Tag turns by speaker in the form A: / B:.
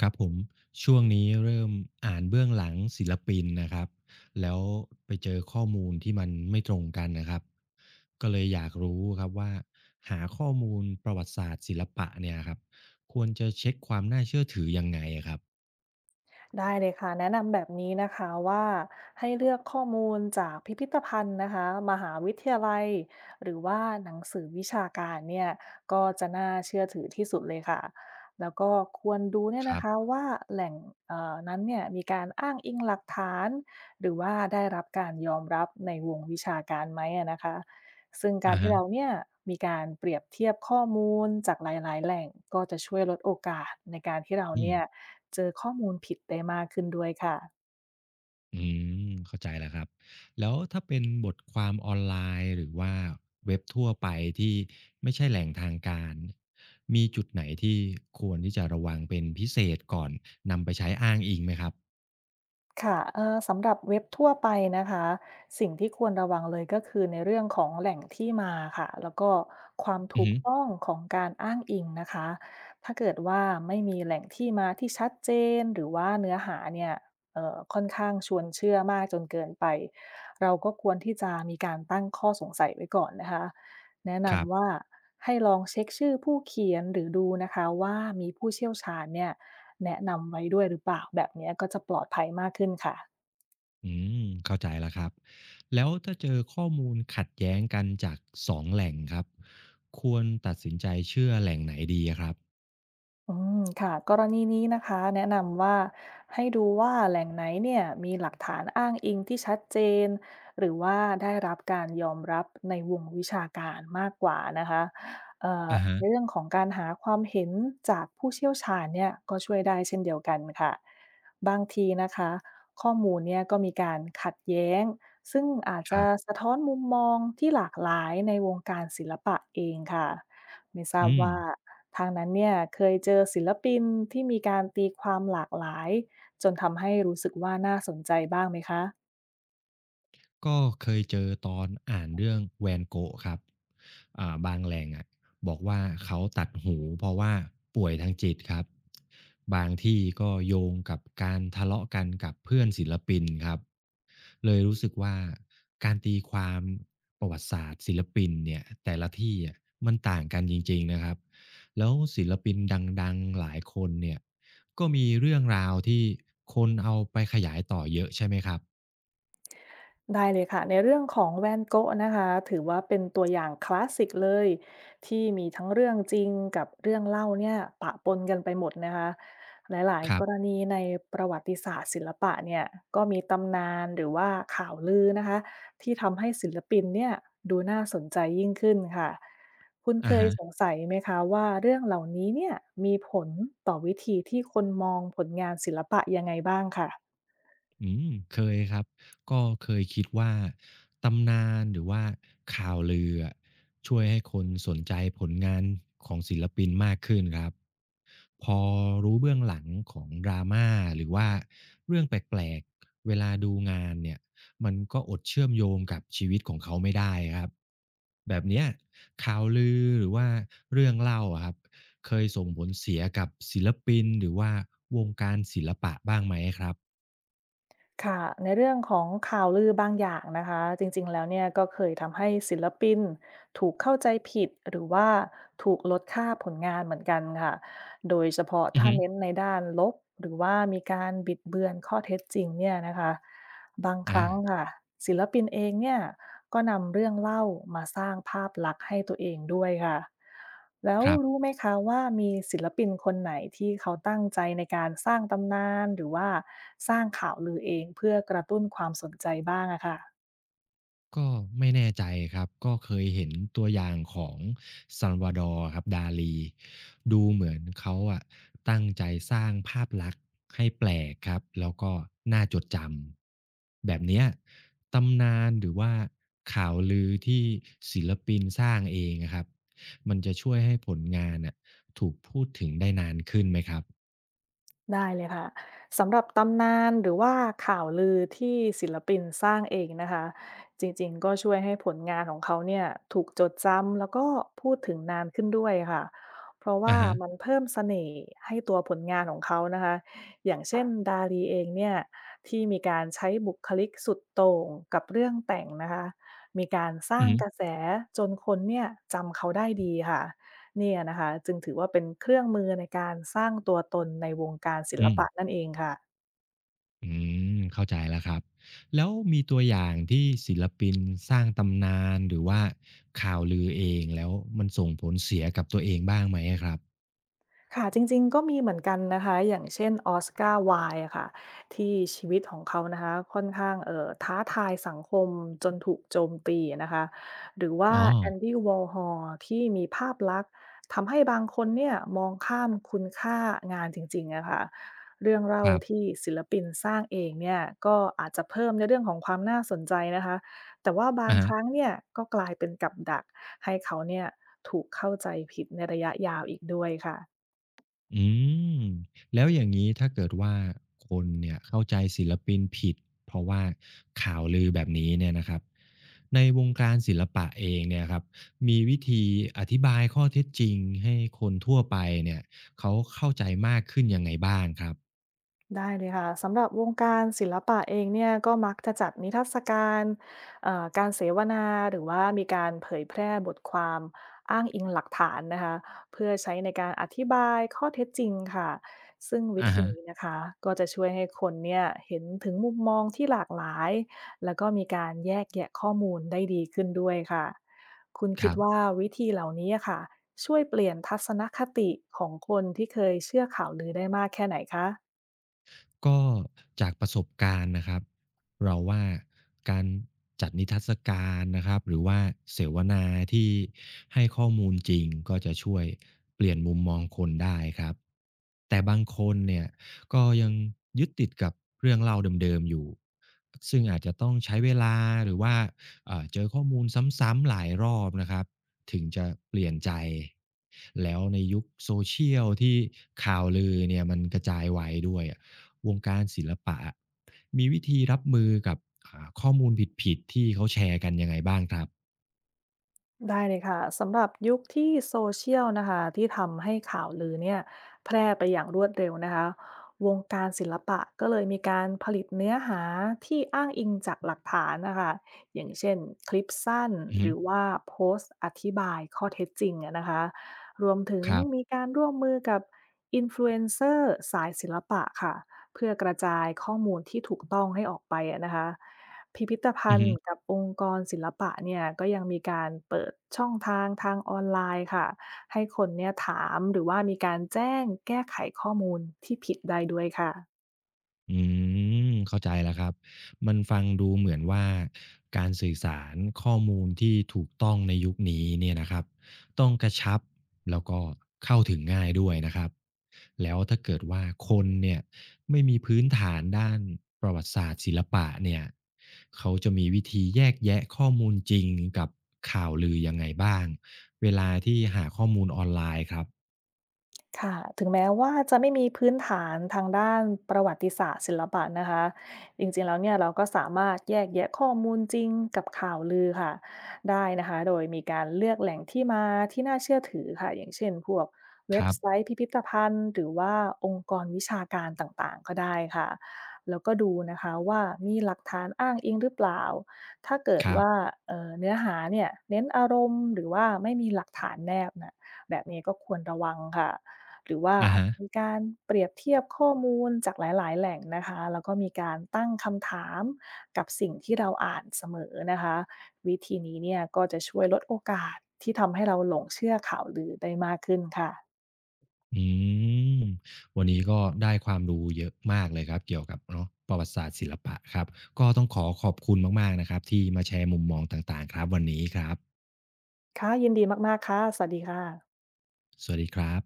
A: ครับผมช่วงนี้เริ่มอ่านเบื้องหลังศิลปินนะครับแล้วไปเจอข้อมูลที่มันไม่ตรงกันนะครับก็เลยอยากรู้ครับว่าหาข้อมูลประวัติศาสตร์ศิลปะเนี่ยครับควรจะเช็คความน่าเชื่อถือยังไงอะครับ
B: ได้เลยค่ะแนะนำแบบนี้นะคะว่าให้เลือกข้อมูลจากพิพิธภัณฑ์นะคะมหาวิทยาลัยหรือว่าหนังสือวิชาการเนี่ยก็จะน่าเชื่อถือที่สุดเลยค่ะแล้วก็ควรดูเนี่ย
A: ค
B: นะ
A: รั
B: คะ
A: บ
B: ว่าแหล่งนั้นเนี่ยมีการอ้างอิงหลักฐานหรือว่าได้รับการยอมรับในวงวิชาการไหมอะนะคะซึ่งการ
A: อา
B: ที่
A: ฮะ
B: เราเนี่ยมีการเปรียบเทียบข้อมูลจากหลายๆแหล่งก็จะช่วยลดโอกาสในการที่เรา
A: อื
B: เนี่
A: ม
B: ย เจอข้อมูลผิดได้มากขึ้นด้วยค่ะ
A: อืมเข้าใจแล้วครับแล้วถ้าเป็นบทความออนไลน์หรือว่าเว็บทั่วไปที่ไม่ใช่แหล่งทางการมีจุดไหนที่ควรที่จะระวังเป็นพิเศษก่อนนำไปใช้อ้างอิงไหมครับ
B: ค่ะสำหรับเว็บทั่วไปนะคะสิ่งที่ควรระวังเลยก็คือในเรื่องของแหล่งที่มาค่ะแล้วก็ความ
A: อื
B: ถู
A: อ
B: ก
A: ฮึ
B: ต้องของการอ้างอิงนะคะถ้าเกิดว่าไม่มีแหล่งที่มาที่ชัดเจนหรือว่าเนื้อหาเนี่ยค่อนข้างชวนเชื่อมากจนเกินไปเราก็ควรที่จะมีการตั้งข้อสงสัยไว้ก่อนนะคะแนะ
A: ครับ
B: นำว่าให้ลองเช็คชื่อผู้เขียนหรือดูนะคะว่ามีผู้เชี่ยวชาญเนี่ย แนะนำไว้ด้วยหรือเปล่าแบบเนี้ยก็จะปลอดภัยมากขึ้นค่ะ
A: อืมเข้าใจแล้วครับแล้วถ้าเจอข้อมูลขัดแย้งกันจากสองแหล่งครับควรตัดสินใจเชื่อแหล่งไหนดีอะครับ
B: อืมค่ะกรณีนี้นะคะแนะนำว่าให้ดูว่าแหล่งไหนเนี่ยมีหลักฐานอ้างอิงที่ชัดเจนหรือว่าได้รับการยอมรับในวงวิชาการมากกว่านะคะเอ่อ
A: อะฮะ
B: ในเรื่องของการหาความเห็นจากผู้เชี่ยวชาญเนี่ยก็ช่วยได้เช่นเดียวกันค่ะบางทีนะคะข้อมูลเนี่ยก็มีการขัดแย้งซึ่งอาจ
A: ค
B: จะ
A: รับ
B: สะท้อนมุมมองที่หลากหลายในวงการศิลปะเองค่ะไม่ทราบ
A: อืม
B: ว่า ทางนั้นเนี่ยเคยเจอศิลปินที่มีการตีความหลากหลายจนทำให้รู้สึกว่าน่าสนใจบ้างไหมคะ
A: ก็เคยเจอตอนอ่านเรื่องแวนโกะครับอ่าบางแหล่งอะบอกว่าเขาตัดหูเพราะว่าป่วยทางจิตครับบางที่ก็โยงกับการทะเลาะกันกับเพื่อนศิลปินครับเลยรู้สึกว่าการตีความประวัติศาสตร์ศิลปินเนี่ยแต่ละที่อะมันต่างกันจริงๆนะครับแล้วศิลปินดังๆหลายคนเนี่ยก็มีเรื่องราวที่คนเอาไปขยายต่อเยอะใช่ไหมครับ
B: ได้เลยค่ะในเรื่องของแวนโกะนะคะถือว่าเป็นตัวอย่างคลาสสิกเลยที่มีทั้งเรื่องจริงกับเรื่องเล่าเนี่ยปะปนกันไปหมดนะคะหลาย
A: ค
B: ๆ
A: รั
B: กร
A: บ
B: ณีในประวัติศาสตร์ศิลปะเนี่ยก็มีตำนานหรือว่าข่าวลือนะคะที่ทำให้ศิลปินเนี่ยดูน่าสนใจยิ่งขึ้นค่ะคุณเค
A: อะ
B: ย
A: ฮะ
B: สงสัยไหมคะว่าเรื่องเหล่านี้เนี่ยมีผลต่อวิธีที่คนมองผลงานศิลปะยังไงบ้างค่ะ
A: อืมเคยครับก็เคยคิดว่าตำนานหรือว่าข่าวลืออะช่วยให้คนสนใจผลงานของศิลปินมากขึ้นครับพอรู้เบื้องหลังของ drama หรือว่าเรื่องแปลกๆเวลาดูงานเนี่ยมันก็อดเชื่อมโยงกับชีวิตของเขาไม่ได้ครับแบบเนี้ยข่าวลือหรือว่าเรื่องเล่าอะครับเคยส่งผลเสียกับศิลปินหรือว่าวงการศิลปะบ้างไหมครับ
B: ค่ะในเรื่องของข่าวลือบางอย่างนะคะจริงๆแล้วเนี่ยก็เคยทำให้ศิลปินถูกเข้าใจผิดหรือว่าถูกลดค่าผลงานเหมือนกันค่ะ โดยเฉพาะ
A: อือ
B: ถ้า
A: ฮึ
B: เน้นในด้านลบหรือว่ามีการบิดเบือนข้อเท็จจริงเนี่ยนะคะบางครั้ง
A: อา
B: ค่ะศิลปินเองเนี่ยก็นำเรื่องเล่ามาสร้างภาพลักษณ์ให้ตัวเองด้วยค่ะแล้ว
A: ครับ
B: รู้ไหมคะว่ามีศิลปินคนไหนที่เขาตั้งใจในการสร้างตำนานหรือว่าสร้างข่าวลือเองเพื่อกระตุ้นความสนใจบ้างอะค่ะ
A: ก็ไม่แน่ใจครับก็เคยเห็นตัวอย่างของซั a วาดอร์ครับดาลีดูเหมือนเขาอะตั้งใจสร้างภาพลักษณ์ให้แปลกครับแล้วก็น่าจดจำแบบเนี้ยตำนานหรือว่าข่าวลือที่ศิลปินสร้างเองอะครับมันจะช่วยให้ผลงานอะถูกพูดถึงได้นานขึ้นไหมครับ
B: ได้เลยค่ะสำหรับตำนานหรือว่าข่าวลือที่ศิลปินสร้างเองนะคะจริงๆก็ช่วยให้ผลงานของเขาเนี่ยถูกจดจำแล้วก็พูดถึงนานขึ้นด้วยค่ะเพราะว่า
A: อะฮะ
B: มันเพิ่มเสน่ห์ให้ตัวผลงานของเขานะคะอย่างเช่นดาลีเองเนี่ยที่มีการใช้บุคลิกสุดโต่งกับเรื่องแต่งนะคะมีการส
A: อื
B: ร้างกระ
A: ม
B: แสจนคนเนี่ยจำเขาได้ดีค่ะ เนี่ยนะคะจึงถือว่าเป็นเครื่องมือในการสร้างตัวตนในวงการศิล
A: อืม
B: ปะนั่นเองค่ะ
A: อืมเข้าใจแล้วครับแล้วมีตัวอย่างที่ศิลปินสร้างตำนานหรือว่าข่าวลือเองแล้วมันส่งผลเสียกับตัวเองบ้างไหมอะครับ
B: ค่ะจริงๆก็มีเหมือนกันนะคะอย่างเช่นออสการ i ว d e อะค่ะที่ชีวิตของเขานะคะค่อนข้างท้าทายสังคมจนถูกโจมตีอะนะคะหรือว่า
A: อ๋อ
B: Andy Warhol ที่มีภาพลักษณ์ทำให้บางคนเนี่ยมองข้ามคุณค่างานจริงๆอะค่ะเรื่องเล่า
A: ครั
B: ที่
A: บ
B: ศิลปินสร้างเองเนี่ยก็อาจจะเพิ่มในเรื่องของความน่าสนใจนะคะแต่ว่าบาง
A: อะ
B: ค
A: ฮะ
B: รั้งเนี่ยก็กลายเป็นกับดักให้เขาเนี่ยถูกเข้าใจผิดในระยะยาวอีกด้วยค่ะ
A: อืมแล้วอย่างงี้ถ้าเกิดว่าคนเนี่ยเข้าใจศิลปินผิดเพราะว่าข่าวลือแบบนี้เนี่ยนะครับในวงการศิลปะเองเนี่ยครับมีวิธีอธิบายข้อเท็จจริงให้คนทั่วไปเนี่ยเขาเข้าใจมากขึ้นยังไงบ้างครับ
B: ได้เลยค่ะสำหรับวงการศิลปะเองเนี่ยก็มักจะจัดนิทรรศการการเสวนาหรือว่ามีการเผยแพร่บทความอ้างอิงหลักฐานนะคะเพื่อใช้ในการอธิบายข้อเท็จจริงค่ะซึ่งวิ
A: อะ
B: ธี
A: ฮะ
B: นี้นะคะก็จะช่วยให้คนเนี่ยเห็นถึงมุมมองที่หลากหลายแล้วก็มีการแยกแยะข้อมูลได้ดีขึ้นด้วยค่ะคุณ
A: ค
B: คิด
A: รั
B: ว่า
A: บ
B: วิธีเหล่านี้อะค่ะช่วยเปลี่ยนทัศนคติของคนที่เคยเชื่อข่าวลือได้มากแค่ไหนคะ
A: ก็จากประสบการณ์นะครับเราว่าการจัดนิทรรศการนะครับหรือว่าเสวนาที่ให้ข้อมูลจริงก็จะช่วยเปลี่ยนมุมมองคนได้ครับแต่บางคนเนี่ยก็ยังยึดติดกับเรื่องเล่าเดิมๆอยู่ซึ่งอาจจะต้องใช้เวลาหรือว่าเจอข้อมูลซ้ำๆหลายรอบนะครับถึงจะเปลี่ยนใจแล้วในยุคโซเชียลที่ข่าวลือเนี่ยมันกระจายไวด้วย วงการศิลปะอะมีวิธีรับมือกับข้อมูลผิดๆที่เขาแชร์กันยังไงบ้างครับ
B: ได้เลยค่ะสำหรับยุคที่โซเชียลนะคะที่ทำให้ข่าวลือเนี่ยแพร่ไปอย่างรวดเร็วนะคะวงการศิลปะก็เลยมีการผลิตเนื้อหาที่อ้างอิงจากหลักฐานนะคะอย่างเช่นคลิปสั้น
A: อือ
B: ห
A: ฮึ
B: รือว่าโพสต์อธิบายข้อเท็จจริงอะนะคะรวมถึง
A: ครับ
B: มีการร่วมมือกับอินฟลูเอนเซอร์สายศิลปะค่ะ เพื่อกระจายข้อมูลที่ถูกต้องให้ออกไปอะนะคะพิพิธภั
A: อือ
B: ณ
A: ฮึ
B: ฑ์กับองค์กรศิลปะเนี่ยก็ยังมีการเปิดช่องทางทางออนไลน์ค่ะให้คนเนี่ยถามหรือว่ามีการแจ้งแก้ไขข้อมูลที่ผิดได้ด้วยค่ะ
A: อืมเข้าใจแล้วครับมันฟังดูเหมือนว่าการสื่อสารข้อมูลที่ถูกต้องในยุคนี้เนี่ยนะครับต้องกระชับแล้วก็เข้าถึงง่ายด้วยนะครับแล้วถ้าเกิดว่าคนเนี่ยไม่มีพื้นฐานด้านประวัติศาสตร์ศิลปะเนี่ยเขาจะมีวิธีแยกแยะข้อมูลจริงกับข่าวลือยังไงบ้างเวลาที่หาข้อมูลออนไลน์ครับ
B: ค่ะถึงแม้ว่าจะไม่มีพื้นฐานทางด้านประวัติศาสตร์ศิลปะนะคะจริงๆแล้วเนี่ยเราก็สามารถแยกแยะข้อมูลจริงกับข่าวลือค่ะได้นะคะโดยมีการเลือกแหล่งที่มาที่น่าเชื่อถือค่ะอย่างเช่นพวก
A: ค
B: เว็บ
A: รั
B: ไซ
A: บ
B: ต์พิพิธภัณฑ์หรือว่าองค์กรวิชาการต่างๆก็ได้ค่ะแล้วก็ดูนะคะว่ามีหลักฐานอ้างอิงหรือเปล่าถ้าเกิด
A: ครั
B: ว่า
A: บ
B: เนื้อหาเนี่ยเน้นอารมณ์หรือว่าไม่มีหลักฐานแนบนะแบบนี้ก็ควรระวังค่ะ หรือว่า
A: อะ
B: อาจ
A: ฮะ
B: จะมีการเปรียบเทียบข้อมูลจากหลายๆแหล่งนะคะแล้วก็มีการตั้งคำถามกับสิ่งที่เราอ่านเสมอนะคะวิธีนี้เนี่ยก็จะช่วยลดโอกาสที่ทำให้เราหลงเชื่อข่าวลือได้มากขึ้นค่ะ
A: อืมวันนี้ก็ได้ความรู้เยอะมากเลยครับเกี่ยวกับเนาะประวัติศาสตร์ศิลปะครับก็ต้องขอขอบคุณมากๆนะครับที่มาแชร์มุมมองต่างๆครับวันนี้ครับ
B: ค่ะยินดีมากๆค่ะสวัสดีค่ะ
A: สวัสดีครับ